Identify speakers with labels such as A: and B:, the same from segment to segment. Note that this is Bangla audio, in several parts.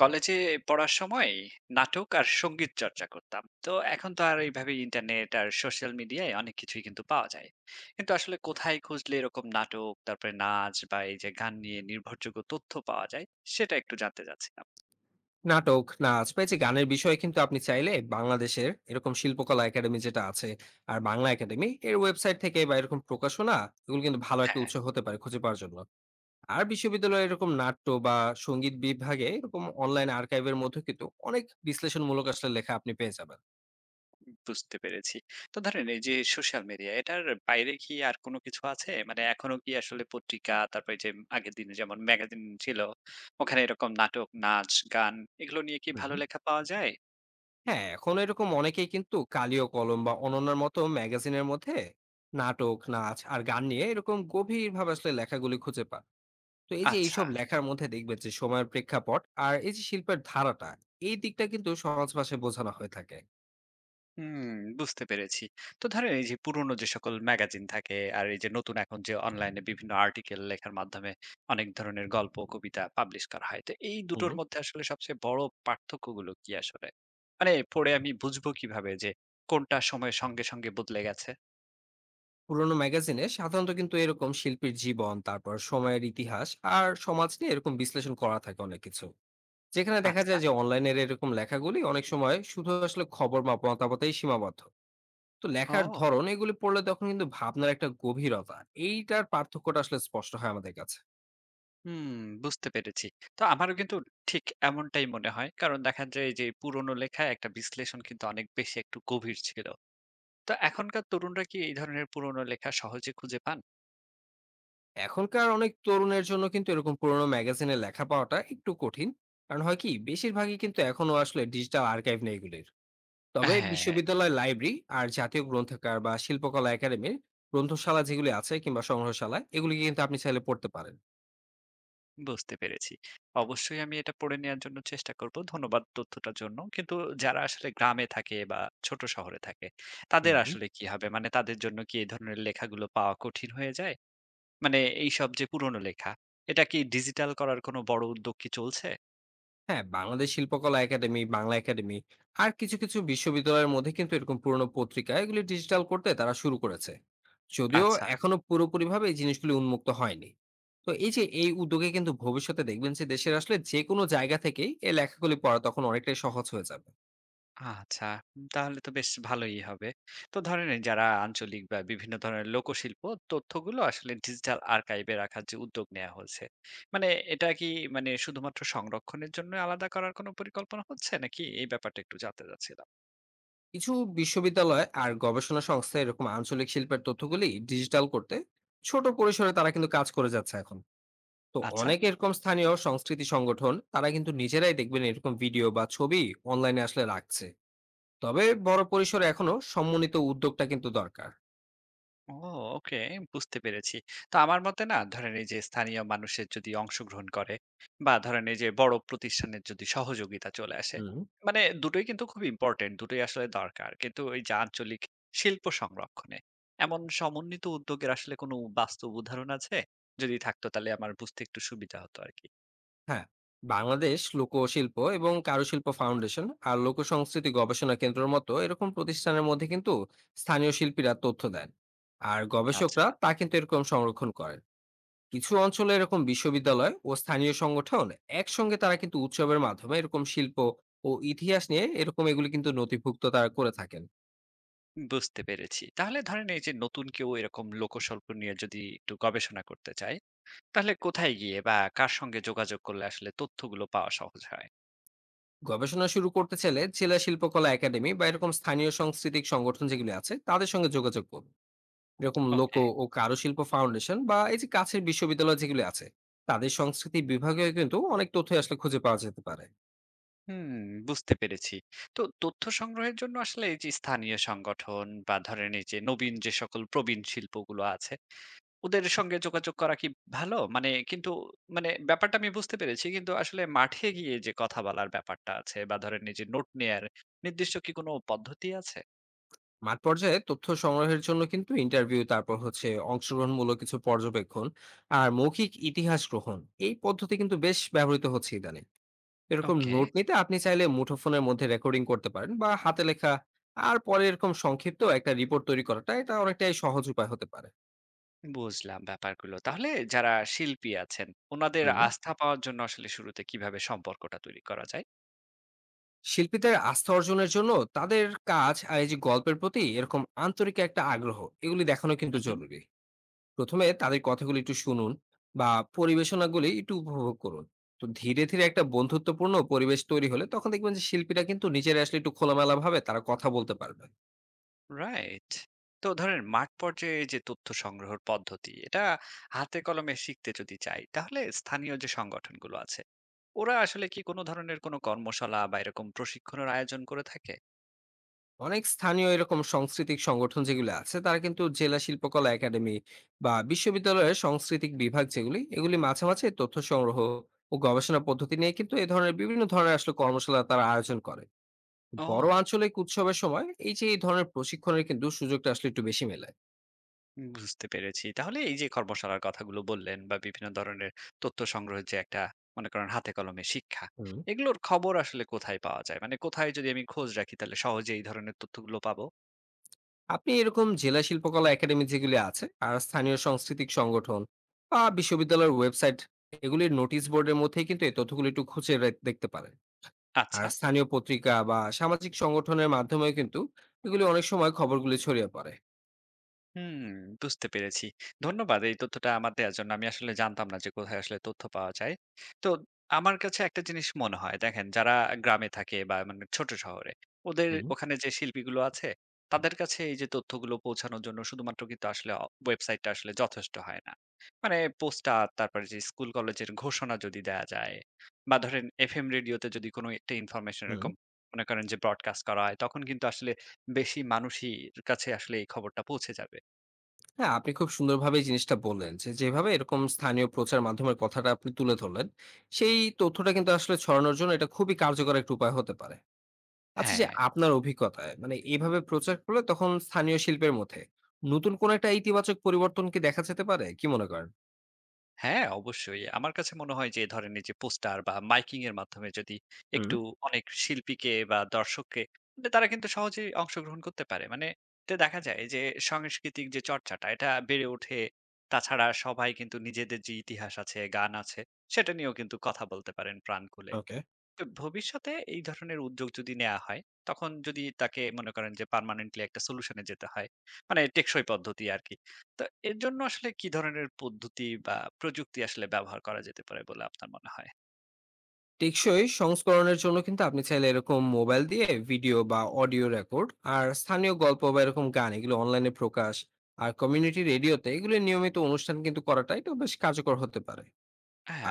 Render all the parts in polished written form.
A: কলেজে পড়ার সময় নাটক আর সঙ্গীত চর্চা করতাম তো এখন তো আর এইভাবে ইন্টারনেট আর সোশ্যাল মিডিয়ায় অনেক কিছুই কিন্তু পাওয়া যায়। কিন্তু আসলে কোথায় খুঁজলে এরকম নাটক তারপরে নাচ বা এই যে গান নিয়ে নির্ভরযোগ্য তথ্য পাওয়া যায়, সেটা একটু জানতে চাচ্ছিলাম।
B: নাটক, নাচ বা এই যে গানের বিষয়ে কিন্তু আপনি চাইলে বাংলাদেশের এরকম শিল্পকলা একাডেমি যেটা আছে আর বাংলা একাডেমি এর ওয়েবসাইট থেকে বা এরকম প্রকাশনা এগুলো কিন্তু ভালো একটা
A: হ্যাঁ,
B: উৎস হতে পারে খুঁজে পাওয়ার জন্য। আর বিশ্ববিদ্যালয়ে এরকম নাট্য বা সঙ্গীত বিভাগে এরকম অনলাইন আর্কাইভের মধ্যে কিন্তু অনেক বিশ্লেষণমূলক আসলে লেখা আপনি পেয়ে যাবেন।
A: বুঝতে পেরেছি। তো ধরেন এই যে সোশ্যাল মিডিয়া এটার বাইরে কি আর কোনো কিছু আছে, মানে এখনো কি আসলে পত্রিকা তারপরে যে আগের দিনে যেমন ম্যাগাজিন ছিল ওখানে এরকম নাটক নাচ গান এগুলো নিয়ে কি ভালো
B: হুম।
A: লেখা পাওয়া যায়?
B: হ্যাঁ, এখন এরকম অনেকেই কিন্তু কালি ও কলম বা অনন্যার মতো ম্যাগাজিনের মধ্যে নাটক, নাচ আর গান নিয়ে এরকম গভীরভাবে আসলে লেখাগুলি খুঁজে পান। তো এই যে
A: আচ্ছা।
B: এইসব লেখার মধ্যে দেখবেন যে সময়ের প্রেক্ষাপট আর এই যে শিল্পের ধারাটা এই দিকটা কিন্তু সহজ ভাষায় বোঝানো হয়ে থাকে।
A: হুম, বুঝতে পেরেছি। তো ধরেন এই যে পুরনো যে সকল ম্যাগাজিন থাকে আর এই যে নতুন এখন যে অনলাইনে বিভিন্ন আর্টিকেল লেখার মাধ্যমে অনেক ধরনের গল্প, কবিতা পাবলিশ করা হয়। তো এই
B: হুম।
A: দুটোর মধ্যে আসলে সবচেয়ে বড় পার্থক্যগুলো কি আসলে? মানে পড়ে আমি বুঝবো কিভাবে যে কোনটা সময়ের সঙ্গে, সঙ্গে বদলে গেছে?
B: পুরোনো ম্যাগাজিনে সাধারণত কিন্তু এরকম শিল্পীর জীবন তারপর সময়ের ইতিহাস আর সমাজ নিয়ে এরকম বিশ্লেষণ করা থাকে অনেক কিছু, যেখানে দেখা
A: আচ্ছা।
B: যায় যে অনলাইনের এরকম লেখাগুলি অনেক সময় শুধু আসলে খবর বা মতামতেই সীমাবদ্ধ। তো লেখার
A: ও!
B: ধরন এগুলি পড়লে তখন কিন্তু ভাবনার একটা গভীরতা, এইটার পার্থক্যটা আসলে স্পষ্ট হয় আমাদের কাছে।
A: হুম, বুঝতে পেরেছি। তো আমারও কিন্তু ঠিক এমনটাই মনে হয়। কারণ দেখা যায় যে পুরনো লেখায় একটা বিশ্লেষণ কিন্তু অনেক বেশি একটু গভীর ছিল। তো এখনকার তরুণরা কি এই ধরনের পুরনো লেখা সহজে খুঁজে পান?
B: এখনকার অনেক তরুণের জন্য কিন্তু এরকম পুরোনো ম্যাগাজিনে লেখা পাওয়াটা একটু কঠিন। কারণ হয় কি? বেশিরভাগই কিন্তু এখনো আসলে ডিজিটাল আর্কাইভ নেই এগুলির। তবে
A: হ্যাঁ,
B: বিশ্ববিদ্যালয় লাইব্রেরি আর জাতীয় গ্রন্থাগার বা শিল্পকলা একাডেমির গ্রন্থশালা যেগুলি আছে কিংবা সংগ্রহশালা এগুলিকে কিন্তু আপনি চাইলে পড়তে পারেন।
A: বুঝতে পেরেছি। অবশ্যই আমি এটা পড়ে নেয়ার জন্য চেষ্টা করব। ধন্যবাদ তথ্যটার জন্য। কিন্তু যারা আসলে গ্রামে থাকে বা ছোট শহরে থাকে, তাদের
B: হুম।
A: আসলে কি হবে? মানে তাদের জন্য কি এই ধরনের লেখাগুলো পাওয়া কঠিন হয়ে যায়? মানে এইসব যে পুরনো লেখা, এটা কি ডিজিটাল করার কোনো বড় উদ্যোগ কি চলছে?
B: হ্যাঁ, বাংলাদেশ শিল্পকলা একাডেমি, বাংলা একাডেমি আর কিছু, কিছু বিশ্ববিদ্যালয়ের মধ্যে কিন্তু এরকম পুরনো পত্রিকা এগুলি ডিজিটাল করতে তারা শুরু করেছে। যদিও
A: আচ্ছা।
B: এখনো পুরোপুরিভাবে এই জিনিসগুলি উন্মুক্ত হয়নি। তো এই যে এই উদ্যোগে কিন্তু ভবিষ্যতে দেখবেন যে দেশের আসলে যেকোনো জায়গা থেকেই এই লেখাগুলি পড়া তখন অনেকটাই সহজ হয়ে যাবে।
A: আচ্ছা, তাহলে তো বেশ ভালোই হবে। তো ধরেন এই যারা আঞ্চলিক বা বিভিন্ন ধরনের লোকশিল্প তথ্যগুলো আসলে ডিজিটাল আর্কাইভে রাখার যে উদ্যোগ নেওয়া হয়েছে, মানে এটা কি মানে শুধুমাত্র সংরক্ষণের জন্য আলাদা করার কোনো পরিকল্পনা হচ্ছে নাকি এই ব্যাপারটা একটু জানতে চাচ্ছিলাম?
B: কিছু বিশ্ববিদ্যালয় আর গবেষণা সংস্থা এরকম আঞ্চলিক শিল্পের তথ্যগুলি ডিজিটাল করতে ছোট পরিসরে তারা কিন্তু কাজ করে যাচ্ছে এখন। তো
A: আচ্ছা।
B: অনেক এরকম স্থানীয় সংস্কৃতি সংগঠন তারা কিন্তু নিজেরাই দেখবেন এরকম ভিডিও বা ছবি অনলাইনে আসলে রাখছে, তবে বড় পরিসরে এখনো সম্মিলিত উদ্যোগটা কিন্তু দরকার।
A: ও ওকে. বুঝতে পেরেছি। তো আমার মতে না ধরেন এই যে স্থানীয় মানুষের যদি অংশগ্রহণ করে বা ধরেন এই যে বড় প্রতিষ্ঠানের যদি সহযোগিতা চলে আসে,
B: হুম।
A: মানে দুটোই কিন্তু খুব ইম্পর্টেন্ট, দুটোই আসলে দরকার। কিন্তু এই যে আঞ্চলিক শিল্প সংরক্ষণে এমন সমন্বিত উদ্যোগের আসলে কোনো বাস্তব উদাহরণ আছে? যদি থাকতো তাহলে আমার বুঝতে একটু সুবিধা হতো আরকি।
B: হ্যাঁ, বাংলাদেশ লোকশিল্প এবং কারুশিল্প ফাউন্ডেশন আর লোকসংস্কৃতি গবেষণা কেন্দ্রের মতো এরকম প্রতিষ্ঠানের মধ্যে কিন্তু স্থানীয় শিল্পীরা তথ্য দেন আর
A: আচ্ছা,
B: গবেষকরা তা কিন্তু এরকম সংরক্ষণ করেন। কিছু অঞ্চলে এরকম বিশ্ববিদ্যালয় ও স্থানীয় সংগঠন একসঙ্গে তারা কিন্তু উৎসবের মাধ্যমে এরকম শিল্প ও ইতিহাস নিয়ে এরকম এগুলি কিন্তু নথিভুক্ত তারা করে থাকেন।
A: বুঝতে পেরেছি। তাহলে ধরেন এই যে নতুন কেউ এরকম লোকশিল্প নিয়ে যদি একটু গবেষণা করতে চায়, তাহলে কোথায় গিয়ে বা কার সঙ্গে যোগাযোগ করলে আসলে তথ্যগুলো পাওয়া সহজ হয়?
B: গবেষণা শুরু করতে চাইলে জেলা শিল্পকলা একাডেমি বা এরকম স্থানীয় সাংস্কৃতিক সংগঠন যেগুলি আছে তাদের সঙ্গে যোগাযোগ করুন। এরকম লোক
A: ওকে।
B: ও কারুশিল্প ফাউন্ডেশন বা এই যে কাছের বিশ্ববিদ্যালয় যেগুলি আছে তাদের সংস্কৃতি বিভাগেও কিন্তু অনেক তথ্য আসলে খুঁজে পাওয়া যেতে পারে।
A: হুম, বুঝতে পেরেছি। তো তথ্য সংগ্রহের জন্য আসলে এই যে স্থানীয় সংগঠন বা ধরেন এই যে নবীন যে সকল প্রবীণ শিল্পগুলো আছে, ওদের সঙ্গে যোগাযোগ করা কি ভালো? মানে কিন্তু মানে ব্যাপারটা আমি বুঝতে পেরেছি। কিন্তু আসলে মাঠে গিয়ে যে কথা বলার ব্যাপারটা আছে বা ধরেন এই যে নোট নেয়ার নির্দিষ্ট কি কোনো পদ্ধতি আছে?
B: মাঠ পর্যায়ে তথ্য সংগ্রহের জন্য কিন্তু ইন্টারভিউ, তারপর হচ্ছে অংশগ্রহণমূলক কিছু পর্যবেক্ষণ আর মৌখিক ইতিহাস গ্রহণ, এই পদ্ধতি কিন্তু বেশ ব্যবহৃত হচ্ছে ইদানিং। এরকম
A: ওকে।
B: নোট নিতে আপনি চাইলে মুঠোফোনের মধ্যে রেকর্ডিং করতে পারেন বা হাতে লেখা, আর পরে এরকম সংক্ষিপ্ত একটা রিপোর্ট তৈরি করাটা এটা অনেকটাই সহজ উপায় হতে পারে।
A: বুঝলাম ব্যাপারগুলো। তাহলে যারা শিল্পী আছেন, উনাদের
B: হুম।
A: আস্থা পাওয়ার জন্য আসলে শুরুতে কিভাবে সম্পর্কটা তৈরি করা যায়?
B: শিল্পীদের আস্থা অর্জনের জন্য তাদের কাজ আর এই যে গল্পের প্রতি এরকম আন্তরিক একটা আগ্রহ, এগুলি দেখানো
A: হুম,
B: কিন্তু
A: হুম।
B: জরুরি। প্রথমে তাদের কথাগুলো একটু শুনুন বা পরিবেশনাগুলি একটু উপভোগ করুন। তো ধীরে ধীরে একটা বন্ধুত্বপূর্ণ পরিবেশ তৈরি হলে তখন দেখবেন যে শিল্পীরা কিন্তু নিজেরা আসলে একটু খোলামেলা ভাবে তারা কথা বলতে পারবে।
A: রাইট। তো ধরেন মাঠ পর্যায়ে যে তথ্য সংগ্রহের পদ্ধতি, এটা হাতে কলমে শিখতে যদি চাই, তাহলে স্থানীয় যে সংগঠনগুলো আছে, ওরা আসলে কি কোনো ধরনের কোনো কর্মশালা বা এরকম প্রশিক্ষণের আয়োজন করে থাকে?
B: অনেক স্থানীয় এরকম সাংস্কৃতিক সংগঠন যেগুলো আছে তারা কিন্তু জেলা শিল্পকলা একাডেমি বা বিশ্ববিদ্যালয়ের সাংস্কৃতিক বিভাগ যেগুলি এগুলি মাঝে মাঝে তথ্য সংগ্রহ ও গবেষণা পদ্ধতি নিয়ে কিন্তু এই ধরনের বিভিন্ন ধরনের আসলে কর্মশালা তারা আয়োজন করে। বড়
A: ও।
B: আঞ্চলিক উৎসবের সময় এই যে এই ধরনের প্রশিক্ষণের কিন্তু সুযোগটা আসলে একটু বেশি মেলে।
A: বুঝতে পেরেছি। তাহলে এই যে কর্মশালার কথাগুলো বললেন বা বিভিন্ন ধরনের তথ্য সংগ্রহের যে একটা মনে করেন হাতে কলমে শিক্ষা,
B: হুম।
A: এগুলোর খবর আসলে কোথায় পাওয়া যায়? মানে কোথায় যদি আমি খোঁজ রাখি তাহলে সহজে এই ধরনের তথ্যগুলো পাবো?
B: আপনি এরকম জেলা শিল্পকলা একাডেমি যেগুলি আছে আর স্থানীয় সাংস্কৃতিক সংগঠন বা বিশ্ববিদ্যালয়ের ওয়েবসাইট, এগুলির নোটিশ বোর্ডের মধ্যে কিন্তু এই তথ্যগুলি একটু দেখতে পারেন। আর
A: আচ্ছা।
B: স্থানীয় পত্রিকা বা সামাজিক সংগঠনের মাধ্যমেও কিন্তু এগুলি অনেক সময় খবরগুলি ছড়িয়ে পড়ে।
A: হুম, বুঝতে পেরেছি। ধন্যবাদ এই তথ্যটা আমার দেয়ার জন্য। আমি আসলে জানতাম না যে কোথায় আসলে তথ্য পাওয়া যায়। তো আমার কাছে একটা জিনিস মনে হয় দেখেন, যারা গ্রামে থাকে বা মানে ছোট শহরে, ওদের
B: হুম।
A: ওখানে যে শিল্পীগুলো আছে, তাদের কাছে এই যে তথ্যগুলো পৌঁছানোর জন্য শুধুমাত্র কিন্তু আসলে ওয়েবসাইটটা আসলে যথেষ্ট হয় না। মানে পোস্টার তারপরে যে স্কুল কলেজের ঘোষণা যদি দেয়া যায় বা ধরেন এফএম রেডিওতে যদি কোনো একটা ইনফরমেশন
B: হুম।
A: এরকম মনে করেন যে ব্রডকাস্ট করা হয় তখন কিন্তু আসলে বেশি মানুষই কাছে আসলে এই খবরটা পৌঁছে যাবে।
B: হ্যাঁ, আপনি খুব সুন্দরভাবে এই জিনিসটা বললেন যে যেভাবে এরকম স্থানীয় প্রচার মাধ্যমের কথাটা আপনি তুলে ধরলেন, সেই তথ্যটা কিন্তু আসলে ছড়ানোর জন্য এটা খুবই কার্যকর একটা উপায় হতে পারে। আচ্ছা, যে
A: হ্যাঁ,
B: আপনার অভিজ্ঞতায় মানে এভাবে প্রচার করলে তখন স্থানীয় শিল্পের মধ্যে নতুন কোন একটা ইতিবাচক পরিবর্তন কি দেখা যেতে পারে? কি মনে করেন?
A: হ্যাঁ অবশ্যই। আমার কাছে মনে হয় যে ধরেন এই যে পোস্টার বা মাইকিং এর মাধ্যমে যদি
B: হুম,
A: একটু অনেক শিল্পীকে বা দর্শককে, মানে তারা কিন্তু সহজেই অংশগ্রহণ করতে পারে। মানে এতে দেখা যায় যে সাংস্কৃতিক যে চর্চাটা এটা বেড়ে ওঠে। তাছাড়া সবাই কিন্তু নিজেদের যে ইতিহাস আছে, গান আছে সেটা নিয়েও কিন্তু কথা বলতে পারেন প্রাণ খুলে।
B: ওকে।
A: তো ভবিষ্যতে এই ধরনের উদ্যোগ যদি নেওয়া হয়, তখন যদি তাকে মনে করেন যে পার্মানেন্টলি একটা সলিউশন এ যেতে হয়। মানে টেকসই পদ্ধতি আরকি। তো এর জন্য আসলে কি ধরনের পদ্ধতি বা প্রযুক্তি আসলে ব্যবহার করা যেতে পারে বলে আপনার মনে হয়?
B: টেকসই সংস্করণের জন্য কিন্তু আপনি চাইলে এরকম মোবাইল দিয়ে ভিডিও বা অডিও রেকর্ড, আর স্থানীয় গল্প বা এরকম গান এগুলো অনলাইনে প্রকাশ, আর কমিউনিটি রেডিওতে এগুলো নিয়মিত অনুষ্ঠান কিন্তু করাটা এটা বেশ কার্যকর হতে পারে।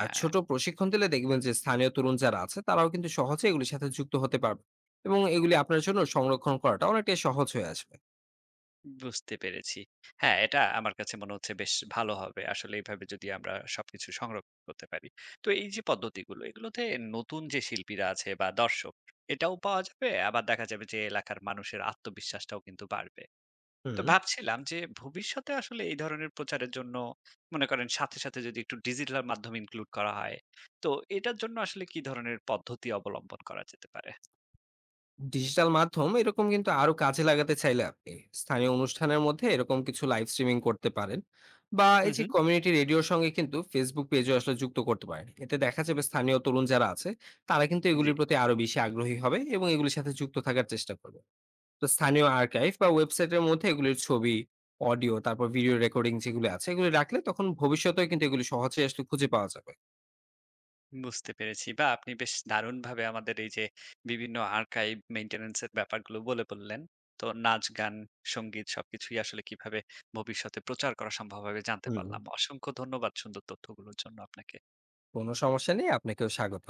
B: আর ছোট প্রশিক্ষণ দিলে দেখবেন যে স্থানীয় তরুণ যারা আছে তারাও কিন্তু সহজে এগুলির সাথে যুক্ত হতে পারবে এবং এগুলি আপনার জন্য সংরক্ষণ করাটা অনেকটাই সহজ হয়ে আসবে।
A: বুঝতে পেরেছি। হ্যাঁ, এটা আমার কাছে মনে হচ্ছে বেশ ভালো হবে। আসলে এভাবে যদি আমরা সবকিছু সংরক্ষণ করতে পারি। তো এই যে পদ্ধতিগুলো, এগুলোতে নতুন যে শিল্পীরা আছে বা দর্শক, এটাও পাওয়া যাবে। আবার দেখা যাবে যে এলাকার মানুষের আত্মবিশ্বাসটাও কিন্তু বাড়বে। তো
B: হুম।
A: ভাবছিলাম যে ভবিষ্যতে আসলে এই ধরনের প্রচারের জন্য মনে করেন সাথে, সাথে যদি একটু ডিজিটাল মাধ্যম ইনক্লুড করা হয়, তো এটার জন্য আসলে কি ধরনের পদ্ধতি অবলম্বন করা যেতে পারে?
B: ডিজিটাল মাধ্যম এরকম কিন্তু আরো কাজে লাগাতে চাইলে আপনি স্থানীয় অনুষ্ঠানের মধ্যে এরকম কিছু লাইভ স্ট্রিমিং করতে পারেন বা
A: হুম,
B: এই যে
A: হুম।
B: কমিউনিটি রেডিওর সঙ্গে কিন্তু ফেসবুক পেজও আসলে যুক্ত করতে পারেন। এতে দেখা যাবে স্থানীয় তরুণ যারা আছে তারা কিন্তু
A: জি,
B: এগুলির প্রতি আরো বেশি আগ্রহী হবে এবং এগুলির সাথে যুক্ত থাকার চেষ্টা করবে। তো স্থানীয় আর্কাইভ বা ওয়েবসাইটের মধ্যে এগুলির ছবি, অডিও, তারপর ভিডিও রেকর্ডিং যেগুলো আছে এগুলি রাখলে তখন ভবিষ্যতেও কিন্তু এগুলি সহজেই আসলে খুঁজে পাওয়া যাবে।
A: বুঝতে পেরেছি। বা আপনি বেশ দারুণভাবে আমাদের এই যে বিভিন্ন আর্কাইভ মেইনটেন্যান্স এর ব্যাপারগুলো বলে বললেন। তো নাচ, গান, সংগীত সবকিছুই আসলে কিভাবে ভবিষ্যতে প্রচার করা সম্ভব হবে জানতে
B: হুম।
A: পারলাম। অসংখ্য ধন্যবাদ সুন্দর তথ্যগুলোর জন্য আপনাকে।
B: কোনো সমস্যা নেই, আপনাকেও স্বাগত।